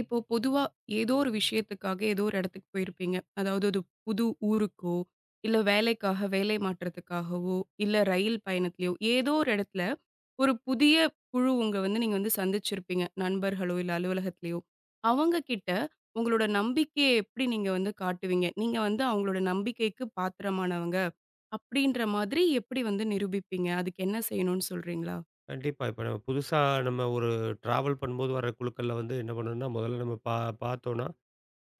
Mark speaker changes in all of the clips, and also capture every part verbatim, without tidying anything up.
Speaker 1: இப்போ பொதுவா ஏதோ ஒரு விஷயத்துக்காக ஏதோ ஒரு இடத்துக்கு போயிருப்பீங்க. அதாவது அது புது ஊருக்கோ, இல்ல வேலைக்காக வேலை மாற்றத்துக்காகவோ, இல்ல ரயில் பயணத்திலயோ ஏதோ ஒரு இடத்துல ஒரு புதிய குழு உங்க வந்து நீங்க வந்து சந்திச்சிருப்பீங்க. நண்பர்களோ, இல்ல அலுவலகத்திலயோ. அவங்க கிட்ட உங்களோட நம்பிக்கைய எப்படி நீங்க வந்து காட்டுவீங்க? நீங்க வந்து அவங்களோட நம்பிக்கைக்கு பாத்திரமானவங்க அப்படின்ற மாதிரி எப்படி வந்து நிரூபிப்பீங்க? அதுக்கு என்ன செய்யணும்னு சொல்றீங்களா?
Speaker 2: கண்டிப்பா. இப்ப நம்ம புதுசா நம்ம ஒரு டிராவல் பண்ணும்போது வர குழுக்கள்ல வந்து என்ன பண்ணணும்னா, முதல்ல நம்ம பா பார்த்தோம்னா,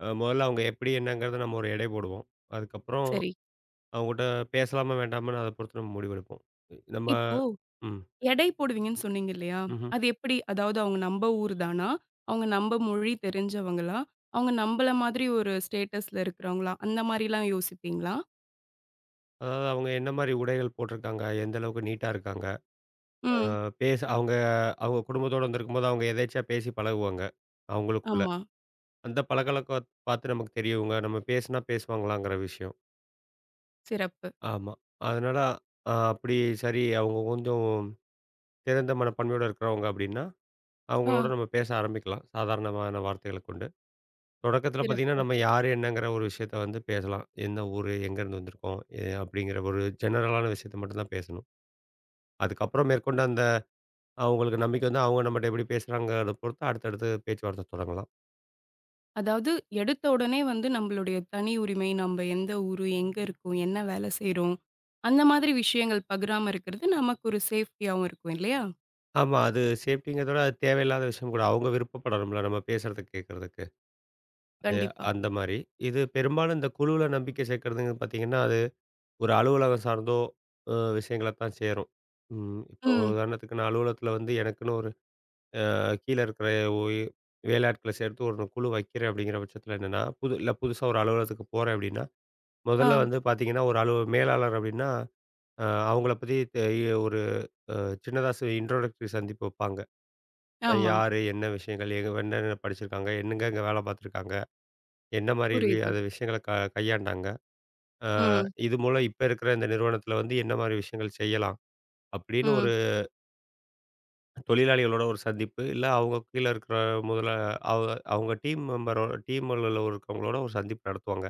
Speaker 2: அ முதல்ல அவங்க எப்படி என்னங்கிறத நம்ம ஒரு எடை போடுவோம். அதுக்கப்புறம்
Speaker 1: சரி.
Speaker 2: அவங்ககிட்ட பேசலாமா வேண்டாமான்னு அத பொறுத்து நம்ம முடிவெடுப்போம். இ- நம்ம
Speaker 1: இப்போ
Speaker 2: ம்.
Speaker 1: எடை போடுவீங்கன்னு சொன்னீங்க இல்லையா?
Speaker 2: ம்ஹ்ம்.
Speaker 1: அது எப்படி? அதாவது அவங்க நம்ப ஊர் தானா? அவங்க நம்ப மொழி தெரிஞ்சவங்களா? அவங்க நம்பள மாதிரி ஒரு ஸ்டேட்டஸ்ல இருக்கிறவங்களா? அந்த மாரிலாம் யோசிப்பீங்களா?
Speaker 2: அதாவது அவங்க என்ன மாரி உடைகள் போட்டிருக்காங்க? எந்த அளவுக்கு நீட்டா இருக்காங்க? அ
Speaker 1: ம்.
Speaker 2: பேச அவங்க அவங்க குடும்பத்தோட வந்திருக்கும்போது அவங்க எதேர்ச்சையா பேசி பழகுவாங்க. அவங்களுக்குள்ள.
Speaker 1: ஆமா.
Speaker 2: அந்த பழக்கவழக்க பார்த்து நமக்கு தெரியும். இவங்க நம்ம பேசுனா பேசுவாங்களாங்கிற விஷயம்.
Speaker 1: சிறப்பு.
Speaker 2: ஆமா. அதனால அ அப்படி சரி அவங்க கொஞ்சம் திறந்த மனப்பான்மையோட இருக்கிறவங்க அப்படின்னா,
Speaker 1: ஆ
Speaker 2: அவங்களோட நம்ம பேச ஆரம்பிக்கலாம். சாதாரணமான வார்த்தைகள கொண்டு. தொடக்கத்தில பார்த்தீங்கன்னா,
Speaker 1: சிறப்பு.
Speaker 2: நம்ம யாரு என்னங்கிற ஒரு விஷயத்த வந்து பேசலாம். என்ன ஊரு, எங்கேருந்து வந்திருக்கோம், எ அப்படிங்கிற ஒரு ஜெனரலான விஷயத்த மட்டும் தான் பேசணும். அதுக்கப்புறம் மேற்கொண்டு அந்த அவங்களுக்கு நம்பிக்கை வந்து அவங்க நம்மட்ட எப்படி பேசுறாங்கிறத பொறுத்து அடுத்தடுத்து பேச்சுவார்த்தை தொடங்கலாம்.
Speaker 1: அதாவது எடுத்த உடனே வந்து நம்மளுடைய தனி உரிமை, நம்ப எந்த ஊரு, எங்க இருக்கோம், என்ன வேலை செய்றோம், அந்த மாதிரி விஷயங்கள் பகிராம இருக்கிறது நமக்கு ஒரு சேஃப்டியாவும் இருக்கும் இல்லையா?
Speaker 2: ஆமா. அது சேஃப்டிங்கிறத விட அது தேவையில்லாத விஷயம் கூட. அவங்க விருப்பப்படணும்ல நம்ம பேசுறதுக்கு, கேட்கறதுக்கு. எ
Speaker 1: கண்டிப்பா.
Speaker 2: அந்த மாரி. இது பெரும்பாலும் இந்த குழுவுல நம்பிக்கை சேர்க்கிறதுங்கிறது பார்த்தீங்கன்னா ஒரு அலுவலகம் சார்ந்தோ அ விஷயங்கள தான் சேரும். ம். இப்போ
Speaker 1: ம்.
Speaker 2: உதாரணத்துக்கு நான் அலுவலகத்தில வந்து எனக்குன்னு ஒரு அ கீழ இருக்கிற ஒய் வேலையாட்கள சேர்த்து ஒரு குழு வைக்கிறேன் அப்படிங்கிற பட்சத்தில என்னன்னா, புது இல்ல புதுசா ஒரு அலுவலகத்துக்கு போறேன் அப்படின்னா, முதல்ல
Speaker 1: ஆ.
Speaker 2: வந்து பார்த்தீங்கன்னா, ஒரு அலுவ மேலாளர் அப்படின்னா, அ அவங்கள பத்தி தெ ஒரு அ சின்னதா ச இன்ட்ரோடக்டரி சந்திப்பு வைப்பாங்க. அ
Speaker 1: ஆமா.
Speaker 2: யாரு? என்ன விஷயங்கள்? எங்க என்னென்ன படிச்சிருக்காங்க? என்னங்கங்க வேலை பார்த்துருக்காங்க? என்ன மாரி வி
Speaker 1: புரியுது.
Speaker 2: அது விஷயங்கள க கையாண்டாங்க? அ
Speaker 1: ம்.
Speaker 2: இது மூலம் இப்ப இருக்கிற இந்த நிறுவனத்தில வந்து என்ன மாரி விஷயங்கள் செய்யலாம்? அப்படின்னு
Speaker 1: ம்.
Speaker 2: ஒரு தொழிலாளிகளோட ஒரு சந்திப்பு, இல்ல அவங்க கீழ இருக்கிற முதலா அவங்க அவங்க டீம் மெம்பரோட டீம்ல இருக்கவங்களோட ஒரு சந்திப்பு நடத்துவாங்க.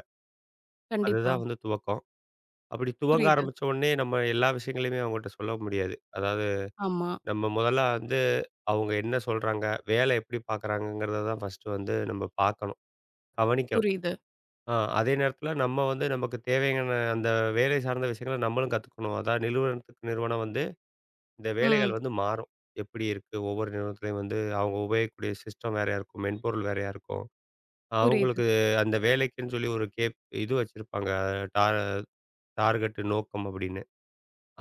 Speaker 1: கண்டிப்பா.
Speaker 2: அதுதான் வந்து துவக்கம். அப்படி துவங்க
Speaker 1: புரியுது.
Speaker 2: ஆரம்பிச்ச உடனே நம்ம எல்லா விஷயங்களையுமே அவங்ககிட்ட சொல்ல முடியாது. அதாவது
Speaker 1: ஆமா.
Speaker 2: நம்ம முதல்ல வந்து அவங்க என்ன சொல்றாங்க, வேலை எப்படி பார்க்குறாங்கங்கிறத தான் ஃபர்ஸ்ட்டு வந்து நம்ம பார்க்கணும், கவனிக்கணும்.
Speaker 1: புரியுது.
Speaker 2: ஆ அதே நேரத்தில நம்ம வந்து நமக்கு தேவையான அந்த வேலை சார்ந்த விஷயங்கள நம்மளும் கத்துக்கணும். அதான் நிறுவனத்துக்கு நிறுவனம் வந்து இந்த
Speaker 1: ம்.
Speaker 2: வேலைகள் வந்து மாறும். எப்படி இருக்கு? ஒவ்வொரு நிறுவனத்துலயும் வந்து அவங்க உபயோகிக்கக்கூடிய சிஸ்டம் வேறையா இருக்கும். மென்பொருள் வேறையா இருக்கும்.
Speaker 1: புரியுது,
Speaker 2: அவங்களுக்கு அந்த வேலைக்குன்னு சொல்லி ஒரு கேப் இது வச்சிருப்பாங்க. டார் டார்கெட் நோக்கம் அப்படின்னு.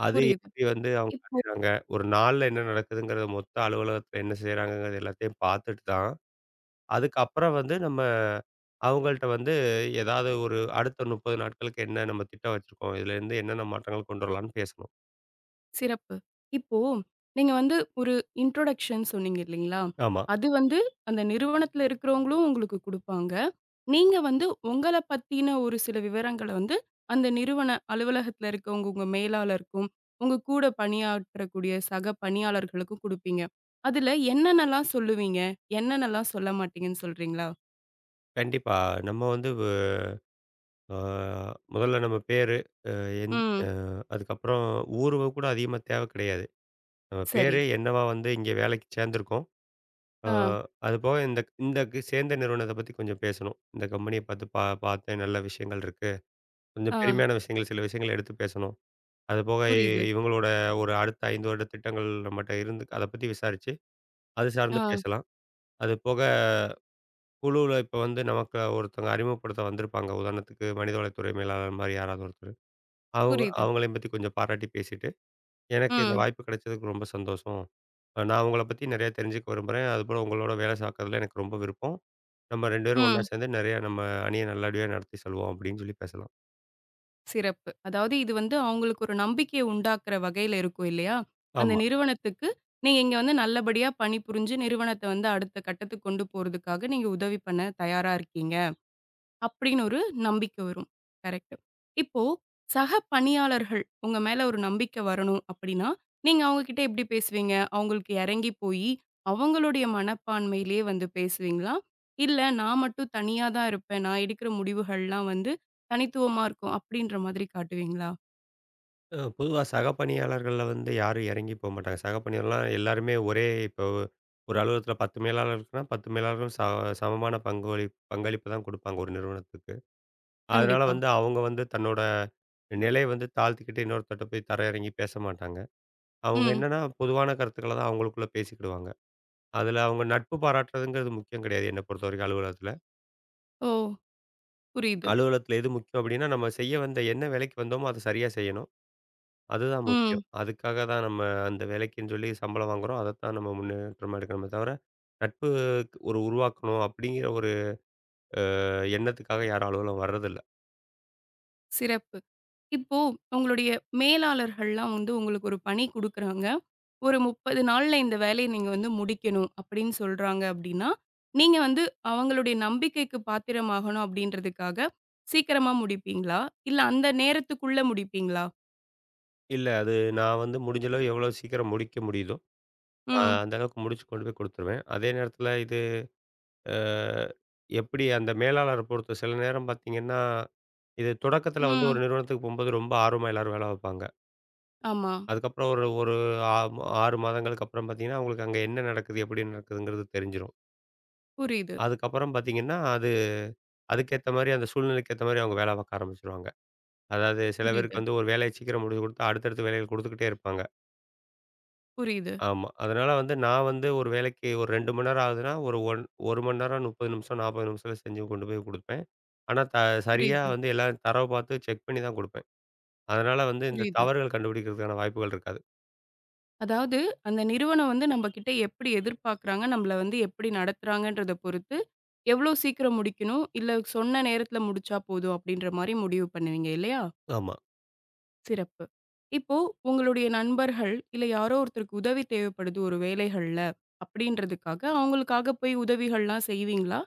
Speaker 2: அது
Speaker 1: புரியுது.
Speaker 2: எப்படி வந்து அவங்க
Speaker 1: இப்போ
Speaker 2: அடையறாங்க? ஒரு நாள்ல என்ன நடக்குதுங்கிறத மொத்த அலுவலகத்துல என்ன செய்றாங்கங்கிறது எல்லாத்தையும் பார்த்துட்டு தான், அதுக்கப்புறம் வந்து நம்ம அவங்கள்ட்ட வந்து ஏதாவது ஒரு அடுத்த முப்பது நாட்களுக்கு என்ன நம்ம திட்டம் வச்சிருக்கோம்? இதுலேருந்து என்னென்ன மாற்றங்கள் கொண்டு வரலாம்ன்னு பேசணும்.
Speaker 1: சிறப்பு. இப்போ நீங்க வந்து ஒரு இன்ட்ரோடக்ஷன் சொன்னீங்க இல்லீங்களா?
Speaker 2: ஆமா.
Speaker 1: அது வந்து அந்த நிறுவனத்துல இருக்கிறவங்களும் உங்களுக்கு குடுப்பாங்க. நீங்க வந்து உங்கள பத்தின ஒரு சில விவரங்கள வந்து அந்த நிறுவன அலுவலகத்துல இருக்கவங்க, உங்க மேலாளருக்கும், உங்க கூட பணியாற்றக்கூடிய சக பணியாளர்களுக்கும் குடுப்பீங்க. அதுல என்னென்னலாம் சொல்லுவீங்க? என்னென்னலாம் சொல்ல மாட்டீங்கன்னு சொல்றீங்களா?
Speaker 2: கண்டிப்பா. நம்ம வந்து ஆ முதல்ல நம்ம பேரு, அ எந் அ
Speaker 1: ம்.
Speaker 2: அதுக்கப்புறம் ஊர்வ கூட அதிகமா தேவை கிடையாது. நம்ம
Speaker 1: சரி.
Speaker 2: பேரு என்னவா வந்து இங்க வேலைக்கு சேர்ந்திருக்கோம். ஆ
Speaker 1: ஆ,
Speaker 2: அது போக இந்த இந்த கு- சேர்ந்த நிறுவனத்த பத்தி கொஞ்சம் பேசணும். இந்த கம்பெனிய பார்த்து பா பார்த்தேன் நல்ல விஷயங்கள் இருக்கு. கொஞ்சம்
Speaker 1: ஆ.
Speaker 2: பெருமையான விஷயங்கள் சில விஷயங்கள எடுத்து பேசணும். அது போக
Speaker 1: புரியுது.
Speaker 2: இ- இவங்களோட ஒரு அடுத்த ஐந்து வருட திட்டங்கள் நம்மட்ட இருந்து அத பத்தி விசாரிச்சு, அது சார்ந்து
Speaker 1: ஆ,
Speaker 2: பேசலாம். அது போக குழுவுல இப்ப வந்து நமக்கு ஒருத்தவங்க அறிமுகப்படுத்த வந்திருப்பாங்க. உதாரணத்துக்கு மனிதவளத்துறை மேலாளர் மாரி யாராவது ஒருத்தர். அவங்க
Speaker 1: புரியுது.
Speaker 2: அவங்களையும் பத்தி கொஞ்சம் பாராட்டி பேசிட்டு, "எனக்கு இந்த
Speaker 1: ம்,
Speaker 2: வாய்ப்பு கிடைச்சதுக்கு ரொம்ப சந்தோஷம். அ நான் உங்கள பத்தி நெறைய தெரிஞ்சுக்க விரும்புறேன். அதுபோல உங்களோட வேலை பார்க்கறதுல எனக்கு ரொம்ப விருப்பம். நம்ம இரண்டு பேரும் ஒண்ணா
Speaker 1: ம்.
Speaker 2: சேர்ந்து நெறைய நம்ம அணிய நல்லபடியா நடத்தி செல்வோம்." அப்படின்னு சொல்லி பேசலாம்.
Speaker 1: சிறப்பு. அதாவது இது வந்து அவங்களுக்கு ஒரு நம்பிக்கைய உண்டாக்குற வகையில இருக்கும் இல்லையா? அந்த
Speaker 2: ஆமா.
Speaker 1: நிறுவனத்துக்கு நீங்க இங்க வந்து நல்லபடியா பணிபுரிஞ்சு நிறுவனத்த வந்து அடுத்த கட்டத்துக்கு கொண்டு போறதுக்காக நீங்க உதவி பண்ண தயாரா இருக்கீங்க. அப்படின்னு ஒரு நம்பிக்கை வரும். கரெக்ட்டு. இப்போ சக பணியாளர்கள் உங்க மேல ஒரு நம்பிக்கை வரணும் அப்படின்னா, நீங்க அவங்க கிட்ட எப்படி பேசுவீங்க? அவங்களுக்கு இறங்கி போயி, அவங்களுடைய மனப்பான்மையிலேயே வந்து பேசுவீங்களா? இல்ல நான் மட்டும் தனியா தான் இருப்பேன். நான் எடுக்கிற முடிவுகள்லாம் வந்து தனித்துவமா இருக்கும். அப்படின்ற மாதிரி காட்டுவீங்களா?
Speaker 2: அ பொதுவா சக பணியாளர்கள்ல வந்து யாரும் இறங்கி போ மாட்டாங்க. சக பணியாளர்லாம் எல்லாருமே ஒரே இப்போ ஒரு அலுவலகத்தில பத்து மேலாளர் இருக்குன்னா, பத்து மேலாளரும் ச சமமான பங்குவளி பங்களிப்பு தான் குடுப்பாங்க ஒரு நிறுவனத்துக்கு. அதனால
Speaker 1: கண்டிப்பா.
Speaker 2: வந்து அவங்க வந்து தன்னோட நிலைய வந்து தாழ்த்திக்கிட்டு இன்னொருத்தர்ட்ட போய் தரை இறங்கி பேச மாட்டாங்க. அவங்க
Speaker 1: ம்.
Speaker 2: என்னன்னா, பொதுவான கருத்துக்கள தான் அவங்களுக்குள்ள பேசிக்கிடுவாங்க. அதுல அவங்க நட்பு பாராட்டுறதுங்கிறது முக்கியம் கிடையாது என்ன பொறுத்தவரைக்கும் அலுவலகத்துல.
Speaker 1: ஓ! புரியுது.
Speaker 2: அலுவலகத்துல எது முக்கியம் அப்டின்னா, நம்ம செய்ய வந்த என்ன வேலைக்கு வந்தோமோ அத சரியா செய்யணும். அதுதான்
Speaker 1: ம்.
Speaker 2: முக்கியம். அதுக்காக தான் நம்ம அந்த வேலைக்குன்னு சொல்லி சம்பளம் வாங்குறோம். அதத்தான் நம்ம முன்னேற்றமா எடுக்கணுமே தவிர, நட்பு ஒரு உருவாக்கணும் அப்டிங்கிற ஒரு எண்ணத்துக்காக யாரும் அலுவலகம் வர்றதில்ல.
Speaker 1: சிறப்பு. இப்போ உங்களுடைய மேலாளர்கள்லாம் வந்து உங்களுக்கு ஒரு பணி குடுக்குறாங்க. ஒரு முப்பது நாள்ல இந்த வேலைய நீங்க வந்து முடிக்கணும் அப்படின்னு சொல்றாங்க அப்படின்னா, நீங்க வந்து அவங்களுடைய நம்பிக்கைக்கு பாத்திரமாகணும் அப்படின்றதுக்காக சீக்கிரமா முடிப்பீங்களா? இல்ல அந்த நேரத்துக்குள்ள முடிப்பீங்களா?
Speaker 2: இல்ல. அது நான் வந்து முடிஞ்ச அளவு எவ்வளோ சீக்கிரம் முடிக்க முடியுதோ, அ
Speaker 1: ம்,
Speaker 2: அந்த அளவுக்கு முடிச்சு கொண்டு போய் குடுத்துருவேன். அதே நேரத்துல அ எப்படி அந்த மேலாளர பொறுத்து சில நேரம் பார்த்தீங்கன்னா, இது தொடக்கத்தில வந்து ஒரு
Speaker 1: ம்.
Speaker 2: நிறுவனத்துக்கு போம்போது ரொம்ப ஆர்வமா எல்லாரும் வேலை பார்ப்பாங்க.
Speaker 1: ஆமா.
Speaker 2: அதுக்கப்புறம் ஒரு ஒரு ஆ ஆறு மாதங்களுக்கு அப்புறம் பார்த்தீங்கன்னா, அவங்களுக்கு அங்க என்ன நடக்குது, எப்படி நடக்குதுங்கிறது தெரிஞ்சிரும்.
Speaker 1: புரியுது,
Speaker 2: அதுக்கப்புறம் பார்த்தீங்கன்னா, அது அதுக்கேத்த மாரி அந்த சூழ்நிலைக்கு ஏத்த மாரி அவங்க வேலை பார்க்க ஆரம்பிச்சுருவாங்க. அதாவது சில பேருக்கு
Speaker 1: புரியுது,
Speaker 2: வந்து ஒரு வேலைய சீக்கிரம் முடிச்சு குடுத்து அடுத்தடுத்து வேலைகள் குடுத்துக்கிட்டே இருப்பாங்க.
Speaker 1: புரியுது,
Speaker 2: ஆமா. அதனால வந்து நான் வந்து ஒரு வேலைக்கு ஒரு இரண்டு மணி நேரம் ஆகுதுன்னா, ஒரு ஒன் ஒரு மணி நேரம் முப்பது நிமிஷம், நாற்பது நிமிஷத்தில செஞ்சு கொண்டு போய் குடுப்பேன். ஆனா, த சரியா
Speaker 1: புரியுது,
Speaker 2: வந்து எல்லாம் தரவு பார்த்து செக் பண்ணி தான் குடுப்பேன். அதனால வந்து இந்த
Speaker 1: புரியுது.
Speaker 2: தவறுகள் கண்டுபிடிக்கிறதுக்கான வாய்ப்புகள் இருக்காது.
Speaker 1: அதாவது, அந்த நிறுவனம் வந்து நம்ம கிட்ட எப்படி எதிர்பார்க்குறாங்க, நம்மள வந்து எப்படி நடத்துறாங்கன்றத பொறுத்து, எவ்வளோ சீக்கிரம் முடிக்கணும், இல்ல சொன்ன நேரத்தில முடிச்சா போதும் அப்படின்ற மாரி முடிவு பண்ணுவீங்க இல்லையா?
Speaker 2: ஆமா.
Speaker 1: சிறப்பு. இப்போ உங்களுடைய நண்பர்கள், இல்ல யாரோ ஒருத்தருக்கு உதவி தேவைப்படுது ஒரு வேலைகள்ல அப்படின்றதுக்காக, அவங்களுக்காக போய் உதவிகள்லாம் செய்வீங்களா?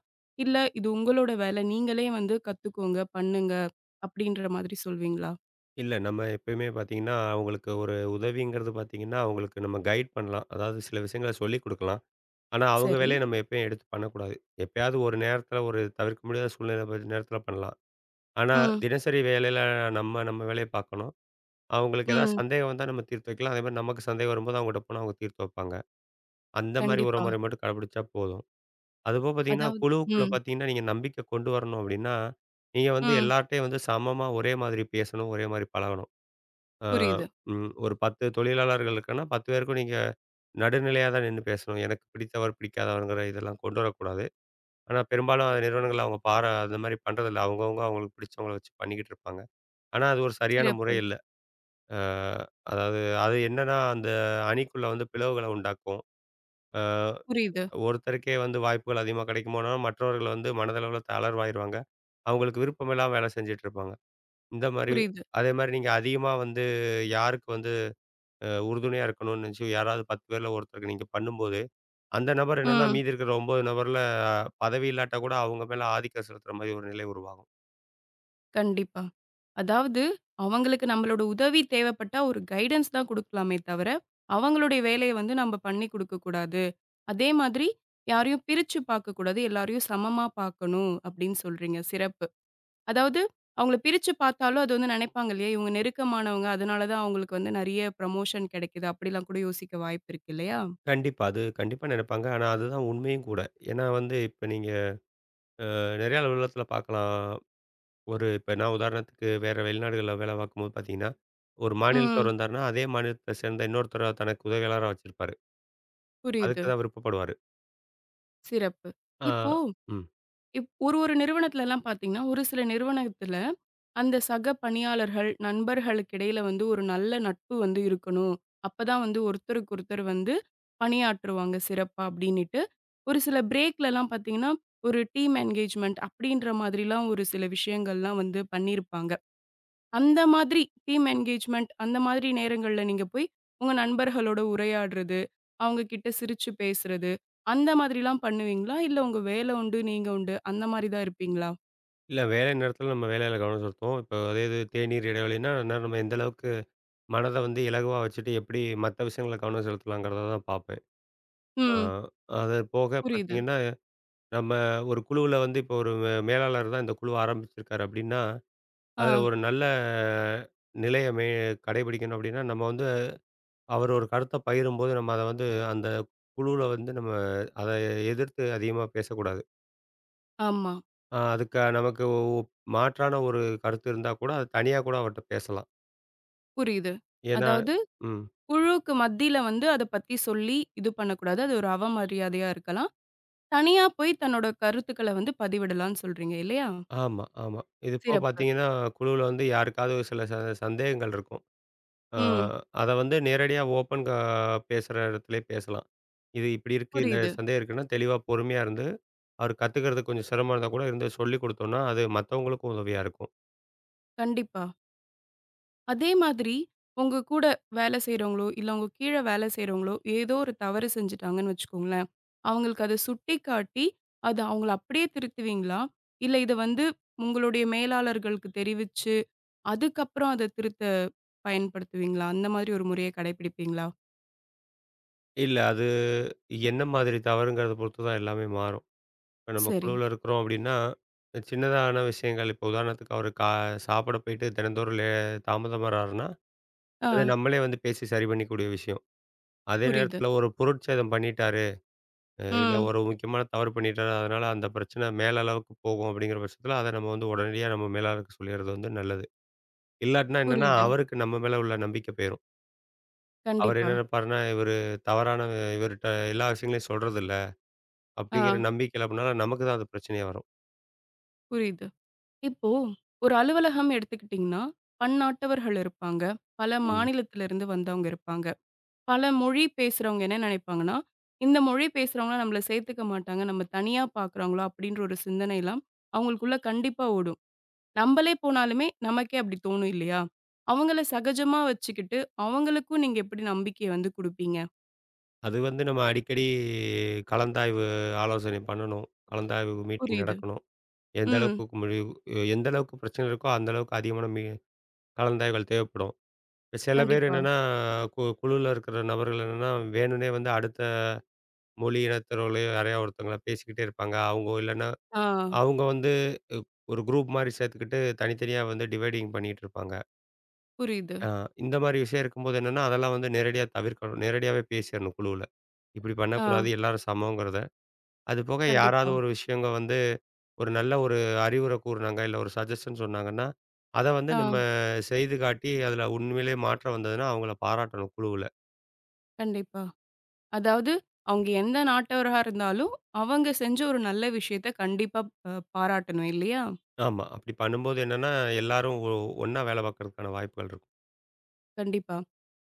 Speaker 1: இல்ல இது உங்களோட வேலை, நீங்களே வந்து கத்துக்கோங்க, பண்ணுங்க அப்படின்ற மாதிரி சொல்வீங்களா?
Speaker 2: இல்ல, நம்ம எப்பயுமே பார்த்தீங்கன்னா, அவங்களுக்கு ஒரு உதவிங்கிறது பார்த்தீங்கன்னா, அவங்களுக்கு நம்ம கைட் பண்ணலாம். அதாவது சில விஷயங்கள சொல்லிக் குடுக்கலாம். ஆனா, அவங்க
Speaker 1: சரி.
Speaker 2: வேலைய நம்ம எப்பயும் எடுத்து பண்ணக்கூடாது. எப்பயாவது ஒரு நேரத்தில ஒரு தவிர்க்க முடியாத சூழ்நிலை ப நேரத்தில பண்ணலாம். ஆனா,
Speaker 1: ம்,
Speaker 2: தினசரி வேலையில நம்ம நம்ம வேலைய பார்க்கணும். அவங்களுக்கு ஏதாவது
Speaker 1: ம்.
Speaker 2: சந்தேகம் வந்தா நம்ம தீர்த்து வைக்கலாம். அதேமாரி நமக்கு சந்தேகம் வரும்போது அவங்ககிட்ட போனா அவங்க தீர்த்து வைப்பாங்க. அந்த மாரி
Speaker 1: கண்டிப்பா.
Speaker 2: உறவுமுறை மட்டும் கடைபிடிச்சா போதும். அதுபோக பார்த்தீங்கன்னா,
Speaker 1: அதாவது
Speaker 2: குழுவுக்குள்ள
Speaker 1: ம்,
Speaker 2: பார்த்தீங்கன்னா, நீங்க நம்பிக்கை கொண்டு வரணும் அப்டின்னா, நீங்க வந்து
Speaker 1: ம்.
Speaker 2: எல்லார்ட்டயும் வந்து சமமா ஒரே மாதிரி பேசணும், ஒரே மாதிரி பழகணும். ஆ
Speaker 1: புரியுது.
Speaker 2: ம் ஒரு பத்து தொழிலாளர்கள் இருக்குன்னா, பத்து பேருக்கும் நீங்க நடுநிலையா தான் நின்னு பேசணும். எனக்கு பிடித்தவர், பிடிக்காதவர்ங்கிற இதெல்லாம் கொண்டு வரக்கூடாது. ஆனா, பெரும்பாலும் அது நிறுவனங்கள் அவங்க பார அந்த மாரி பண்றதில்ல. அவங்கவங்க அவங்களுக்கு பிடிச்சவங்கள வச்சு பண்ணிக்கிட்டு இருப்பாங்க. ஆனா, அது ஒரு சரியான
Speaker 1: சிறப்பு.
Speaker 2: முறை இல்ல. ஆ அதாவது அது என்னன்னா, அந்த அணிக்குள்ள வந்து பிளவுகள உண்டாக்கும். ஆ
Speaker 1: புரியுது,
Speaker 2: ஒருத்தருக்கே வந்து வாய்ப்புகள் அதிகமா கிடைக்குமானா, மற்றவர்கள் வந்து மனதளவுல தளர்வாயிருவாங்க. அவங்களுக்கு விருப்பமில்லாம வேலை செஞ்சுட்டு இருப்பாங்க. இந்த மாரி
Speaker 1: புரியுது.
Speaker 2: அதே மாரி நீங்க அதிகமா வந்து யாருக்கு வந்து அ உறுதுணையா இருக்கணும்னு நினைச்சு யாராவது பத்து பேர்ல ஒருத்தருக்கு நீங்க பண்ணும்போது, அந்த நபர் என்னன்னா
Speaker 1: ம்.
Speaker 2: மீதி இருக்கிற ஒன்பது நபர்ல பதவி இல்லாட்டா கூட அவங்க மேல ஆதிக்கம் செலுத்துற மாரி ஒரு நிலை உருவாகும்.
Speaker 1: கண்டிப்பா. அதாவது அவங்களுக்கு நம்மளோட உதவி தேவைப்பட்டா ஒரு கைடன்ஸ் தான் குடுக்கலாமே தவிர, அவங்களுடைய வேலைய வந்து நம்ம பண்ணி குடுக்கக் கூடாது. அதே மாதிரி யாரையும் பிரிச்சு பார்க்கக்கூடாது. எல்லாரையும் சமமா பார்க்கணும் அப்படின்னு சொல்றீங்க. சிறப்பு. அதாவது அவங்கள பிரிச்சு பார்த்தாலும் அது வந்து நினைப்பாங்க இல்லையா? இவங்க நெருக்கமானவங்க. அதனால தான் அவங்களுக்கு வந்து நெறைய ப்ரமோஷன் கிடைக்குது. அப்படிலாம் கூட யோசிக்க வாய்ப்பு இருக்கு இல்லையா?
Speaker 2: கண்டிப்பா. அது கண்டிப்பா நினைப்பாங்க. ஆனா அதுதான் உண்மையும் கூட. ஏன்னா வந்து இப்ப நீங்க நிறைய அலுவலகத்துல பார்க்கலாம். ஒரு இப்ப நான் உதாரணத்துக்கு வேற வெளிநாடுகள்ல வேலை பார்க்கும்போது பார்த்தீங்கன்னா, ஒரு
Speaker 1: ம்.
Speaker 2: மாநிலத்தவர் வந்தாருன்னா, அதே மாநிலத்த சேர்ந்த இன்னொருத்தர தனக்கு உதவியாளரா வச்சிருப்பாரு.
Speaker 1: புரியுது.
Speaker 2: அதுக்கு தான் விருப்பப்படுவாரு.
Speaker 1: சிறப்பு.
Speaker 2: ஆ,
Speaker 1: இப்போ
Speaker 2: ம்.
Speaker 1: இப் ஒரு ஒரு நிறுவனத்துலலாம் பார்த்தீங்கன்னா, ஒரு சில நிறுவனத்துல அந்த சக பணியாளர்கள், நண்பர்களுக்கு இடையில வந்து ஒரு நல்ல நட்பு வந்து இருக்கணும். அப்பதான் வந்து ஒருத்தருக்கு ஒருத்தர் வந்து பணியாற்றுவாங்க சிறப்பா அப்டின்னுட்டு, ஒரு சில பிரேக்லலாம் பார்த்தீங்கன்னா, ஒரு டீம் என்கேஜ்மென்ட் அப்டின்ற மாதிரிலாம் ஒரு சில விஷயங்கள்லாம் வந்து பண்ணியிருப்பாங்க. அந்த மாதிரி டீம் என்கேஜ்மென்ட் அந்த மாதிரி நேரங்கள்ல நீங்க போய் உங்க நண்பர்களோட உரையாடுறது, அவங்க கிட்ட சிரிச்சு பேசுறது, அந்த மாதிரிலாம் பண்ணுவீங்களா? இல்ல உங்க வேல உண்டு, நீங்க உண்டு அந்த மாரி தான் இருப்பீங்களா?
Speaker 2: இல்ல, வேலை நேரத்தில நம்ம வேலையில கவனம் செலுத்துவோம். இப்போ அதே இது தேநீர் இடைவெளின்னா, அந்நேரம் நம்ம எந்த அளவுக்கு மனத வந்து இலகுவா வச்சுட்டு எப்படி மத்த விஷயங்கள்ல கவனம் செலுத்தலாங்கிறத தான் பார்ப்பேன். ஆ,
Speaker 1: ம்.
Speaker 2: அது போக
Speaker 1: புரியுது.
Speaker 2: பார்த்தீங்கன்னா, நம்ம ஒரு குழுவுல வந்து இப்போ ஒரு மே மேலாளர் தான் இந்த குழுவ ஆரம்பிச்சிருக்காரு அப்படின்னா,
Speaker 1: ஆ,
Speaker 2: அதில ஒரு நல்ல நிலைய மே கடைபிடிக்கணும் அப்படின்னா, நம்ம வந்து அவர் ஒரு கருத்த பகிரும்போது, நம்ம அத வந்து அந்த குழுவுல வந்து நம்ம அத எதிர்த்து அதிகமா பேசக்கூடாது.
Speaker 1: ஆமா.
Speaker 2: அ அதுக்கு நமக்கு ஒ மாற்றான ஒரு கருத்து இருந்தா கூட, அது தனியா கூட அவர்ட்ட பேசலாம்.
Speaker 1: புரியுது.
Speaker 2: ஏன்னா,
Speaker 1: அதாவது
Speaker 2: ம்.
Speaker 1: குழுவுக்கு மத்தியில வந்து அத பத்தி சொல்லி இது பண்ணக்கூடாது. அது ஒரு அவமரியாதையா இருக்கலாம். தனியா போய் தன்னோட கருத்துக்கள வந்து பதிவிடலாம்னு சொல்றீங்க இல்லையா?
Speaker 2: ஆமா, ஆமா. இது போக
Speaker 1: சிறப்பு.
Speaker 2: பார்த்தீங்கன்னா, குழுவுல வந்து யாருக்காவது சில ச சந்தேகங்கள் இருக்கும். அ
Speaker 1: ம்.
Speaker 2: அத வந்து நேரடியா ஓப்பன் க பேசுற இடத்திலே பேசலாம். இது இப்படி இருக்கு, இந்த
Speaker 1: புரியுது.
Speaker 2: சந்தேகம் இருக்குன்னா, தெளிவா பொறுமையா இருந்து, அவர் கத்துக்கிறதுக்கு கொஞ்சம் சிரமம் இருந்தா கூட, இருந்து சொல்லிக் குடுத்தோம்னா, அது மத்தவங்களுக்கும் உதவியா இருக்கும்.
Speaker 1: கண்டிப்பா. அதே மாதிரி உங்க கூட வேலை செய்றவங்களோ, இல்ல உங்க கீழ வேலை செய்றவங்களோ ஏதோ ஒரு தவறு செஞ்சுட்டாங்கன்னு வச்சுக்கோங்களேன். அவங்களுக்கு அத சுட்டிக்காட்டி, அத அவங்கள அப்படியே திருத்துவீங்களா? இல்ல இத வந்து உங்களுடைய மேலாளர்களுக்கு தெரிவிச்சு அதுக்கப்புறம் அத திருத்த பயன்படுத்துவீங்களா? அந்த மாதிரி ஒரு முறைய கடைபிடிப்பீங்களா?
Speaker 2: இல்ல. அது என்ன மாதிரி தவறுங்கிறத பொறுத்து தான் எல்லாமே மாறும். இப்ப நம்ம
Speaker 1: சரி.
Speaker 2: குழுவுல இருக்கிறோம் அப்டின்னா, சின்னதான விஷயங்கள் இப்போ உதாரணத்துக்கு அவரு கா சாப்பிட போயிட்டு தினந்தோறும் லே தாமதம் வர்றாருன்னா,
Speaker 1: ஆ
Speaker 2: அத நம்மளே வந்து பேசி சரி பண்ணிக்கூடிய விஷயம். அதே
Speaker 1: புரியுது.
Speaker 2: நேரத்தில ஒரு பொருட்சேதம் பண்ணிட்டாரு, அ இல்ல
Speaker 1: ம்.
Speaker 2: ஒரு முக்கியமான தவறு பண்ணிட்டாரு. அதனால அந்த பிரச்சனை மேல் அளவுக்கு போகும் அப்படிங்கிற பட்சத்தில, அத நம்ம வந்து உடனடியா நம்ம மேலாளருக்கு சொல்லிறது வந்து நல்லது. இல்லாட்டினா என்னன்னா,
Speaker 1: புரியுது.
Speaker 2: அவருக்கு நம்ம மேல உள்ள நம்பிக்கை போயிரும். அவரு
Speaker 1: கண்டிப்பா.
Speaker 2: என்ன நெனப்பாருன்னா, இவரு தவறான இவர்ட்ட எல்லா விஷயங்களையும் சொல்றதில்ல.
Speaker 1: ஆ
Speaker 2: அப்படிங்கிற நம்பிக்கையில அப்படினால நமக்கு தான் அது பிரச்சனையா வரும்.
Speaker 1: புரியுது. இப்போ ஒரு அலுவலகம் எடுத்துக்கிட்டீங்கன்னா, பன்னாட்டவர்கள் இருப்பாங்க. பல
Speaker 2: ம்.
Speaker 1: மாநிலத்திலிருந்து வந்தவங்க இருப்பாங்க. பல மொழி பேசுறவங்க என்ன நினைப்பாங்கன்னா, இந்த மொழி பேசுறவங்கள நம்மள சேர்த்துக்க மாட்டாங்க. நம்ம தனியா பார்க்குறாங்களோ! அப்பிடின்ற ஒரு சிந்தனைலாம் அவுங்களுக்குள்ள கண்டிப்பா ஓடும். நம்பளே போனாலுமே நமக்கே அப்படி தோணும் இல்லையா? அவங்கள சகஜமா வச்சுக்கிட்டு, அவங்களுக்கும் நீங்க எப்படி நம்பிக்கைய வந்து குடுப்பீங்க?
Speaker 2: அது வந்து நம்ம அடிக்கடி கலந்தாய்வு ஆலோசனை பண்ணணும். கலந்தாய்வு மீட்டிங்
Speaker 1: புரியுது.
Speaker 2: நடக்கணும். எந்த
Speaker 1: ம்.
Speaker 2: அளவுக்கு முடிவு எந்த அளவுக்கு பிரச்சனை இருக்கோ, அந்த அளவுக்கு அதிகமான மீ கலந்தாய்வுகள் தேவைப்படும். இப்ப சில பேர்
Speaker 1: கண்டிப்பா.
Speaker 2: என்னன்னா, கு குழுல இருக்கிற நபர்கள் என்னன்னா, வேணும்னே வந்து அடுத்த மொழி இனத்தவர்களையோ யாரையோ ஒருத்தவங்கள பேசிக்கிட்டே இருப்பாங்க. அவங்க இல்லன்னா,
Speaker 1: ஆ.
Speaker 2: அவங்க வந்து அஹ், ஒரு குரூப் மாரி சேர்த்துக்கிட்டு தனித்தனியா வந்து டிவைடிங் பண்ணிட்டு இருப்பாங்க.
Speaker 1: புரியுது.
Speaker 2: ஆ, இந்த மாரி விஷயம் இருக்கும்போது என்னன்னா, அதெல்லாம் வந்து நேரடியா தவிர்க்கணும். நேரடியாவே பேசிறணும் குழுவுல. இப்படி
Speaker 1: ஆ.
Speaker 2: பண்ணக்கூடாது, எல்லாரும் சமம்ங்கிறத. அது போக யாராவது
Speaker 1: கண்டிப்பா.
Speaker 2: ஒரு விஷயங்க வந்து, ஒரு நல்ல ஒரு அறிவுரை கூறுனாங்க, இல்ல ஒரு சஜஷன் சொன்னாங்கன்னா, அத வந்து
Speaker 1: ஆ.
Speaker 2: நம்ம செய்து காட்டி, அதுல உண்மையிலேயே மாற்றம் வந்ததுன்னா, அவங்கள பாராட்டணும் குழுவுல.
Speaker 1: கண்டிப்பா. அதாவது அவங்க எந்த நாட்டவரா இருந்தாலும், அவங்க செஞ்ச ஒரு நல்ல விஷயத்த கண்டிப்பா அ பாராட்டணும் இல்லையா?
Speaker 2: ஆமா. அப்படி பண்ணும்போது என்னன்னா, எல்லாரும் ஒ ஒண்ணா வேலை பார்க்கறதுக்கான வாய்ப்புகள் இருக்கும்.
Speaker 1: கண்டிப்பா.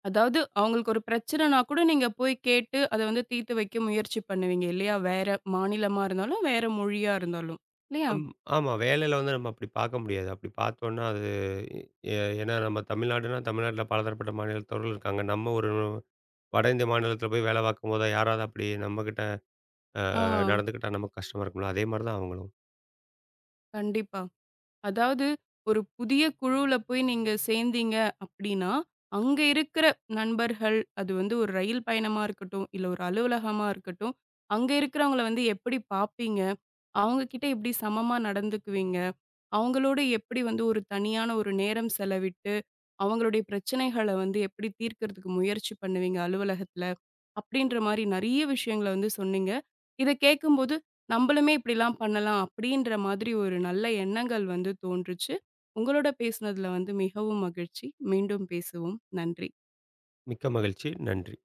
Speaker 1: அதாவது அவங்களுக்கு ஒரு பிரச்சனைனா கூட நீங்க போய் கேட்டு, அத வந்து தீர்த்து வைக்க முயற்சி பண்ணுவீங்க இல்லையா? வேற மாநிலமா இருந்தாலும், வேற மொழியா இருந்தாலும். இல்லையா?
Speaker 2: அம் ஆமா. வேலையில வந்து நம்ம அப்படி பார்க்க முடியாது. அப்படி பார்த்தோம்ன்னா, அது எ ஏன்னா நம்ம தமிழ்நாடுன்னா, தமிழ்நாட்டுல பலதரப்பட்ட மாநிலத்தவர்கள் இருக்காங்க. நம்ம ஒரு வட இந்திய மாநிலத்தில போய் வேலை பார்க்கும்போது, யாராவது அப்படி நம்மகிட்ட அ
Speaker 1: ஆ.
Speaker 2: நடந்துக்கிட்டா நமக்கு கஷ்டமா இருக்கும்ல. அதே மாரி தான் அவங்களும்.
Speaker 1: கண்டிப்பா. அதாவது, ஒரு புதிய குழுவுல போய் நீங்க சேர்ந்தீங்க அப்டின்னா, அங்க இருக்கிற நண்பர்கள், அது வந்து ஒரு ரயில் பயணமா இருக்கட்டும், இல்ல ஒரு அலுவலகமா இருக்கட்டும், அங்க இருக்கிறவங்கள வந்து எப்படி பார்ப்பீங்க? அவங்க கிட்ட எப்படி சமமா நடந்துக்குவீங்க? அவங்களோட எப்படி வந்து ஒரு தனியான ஒரு நேரம் செலவிட்டு அவங்களுடைய பிரச்சனைகள வந்து எப்படி தீர்க்கறதுக்கு முயற்சி பண்ணுவீங்க அலுவலகத்துல? அப்படின்ற மாரி நெறைய விஷயங்கள வந்து சொன்னீங்க. இத கேட்கும்போது, நம்பளுமே இப்படிலாம் பண்ணலாம் அப்படின்ற மாதிரி ஒரு நல்ல எண்ணங்கள் வந்து தோன்றுச்சு. உங்களோட பேசுனதுல வந்து மிகவும் மகிழ்ச்சி. மீண்டும் பேசுவோம். நன்றி.
Speaker 2: மிக்க மகிழ்ச்சி. நன்றி.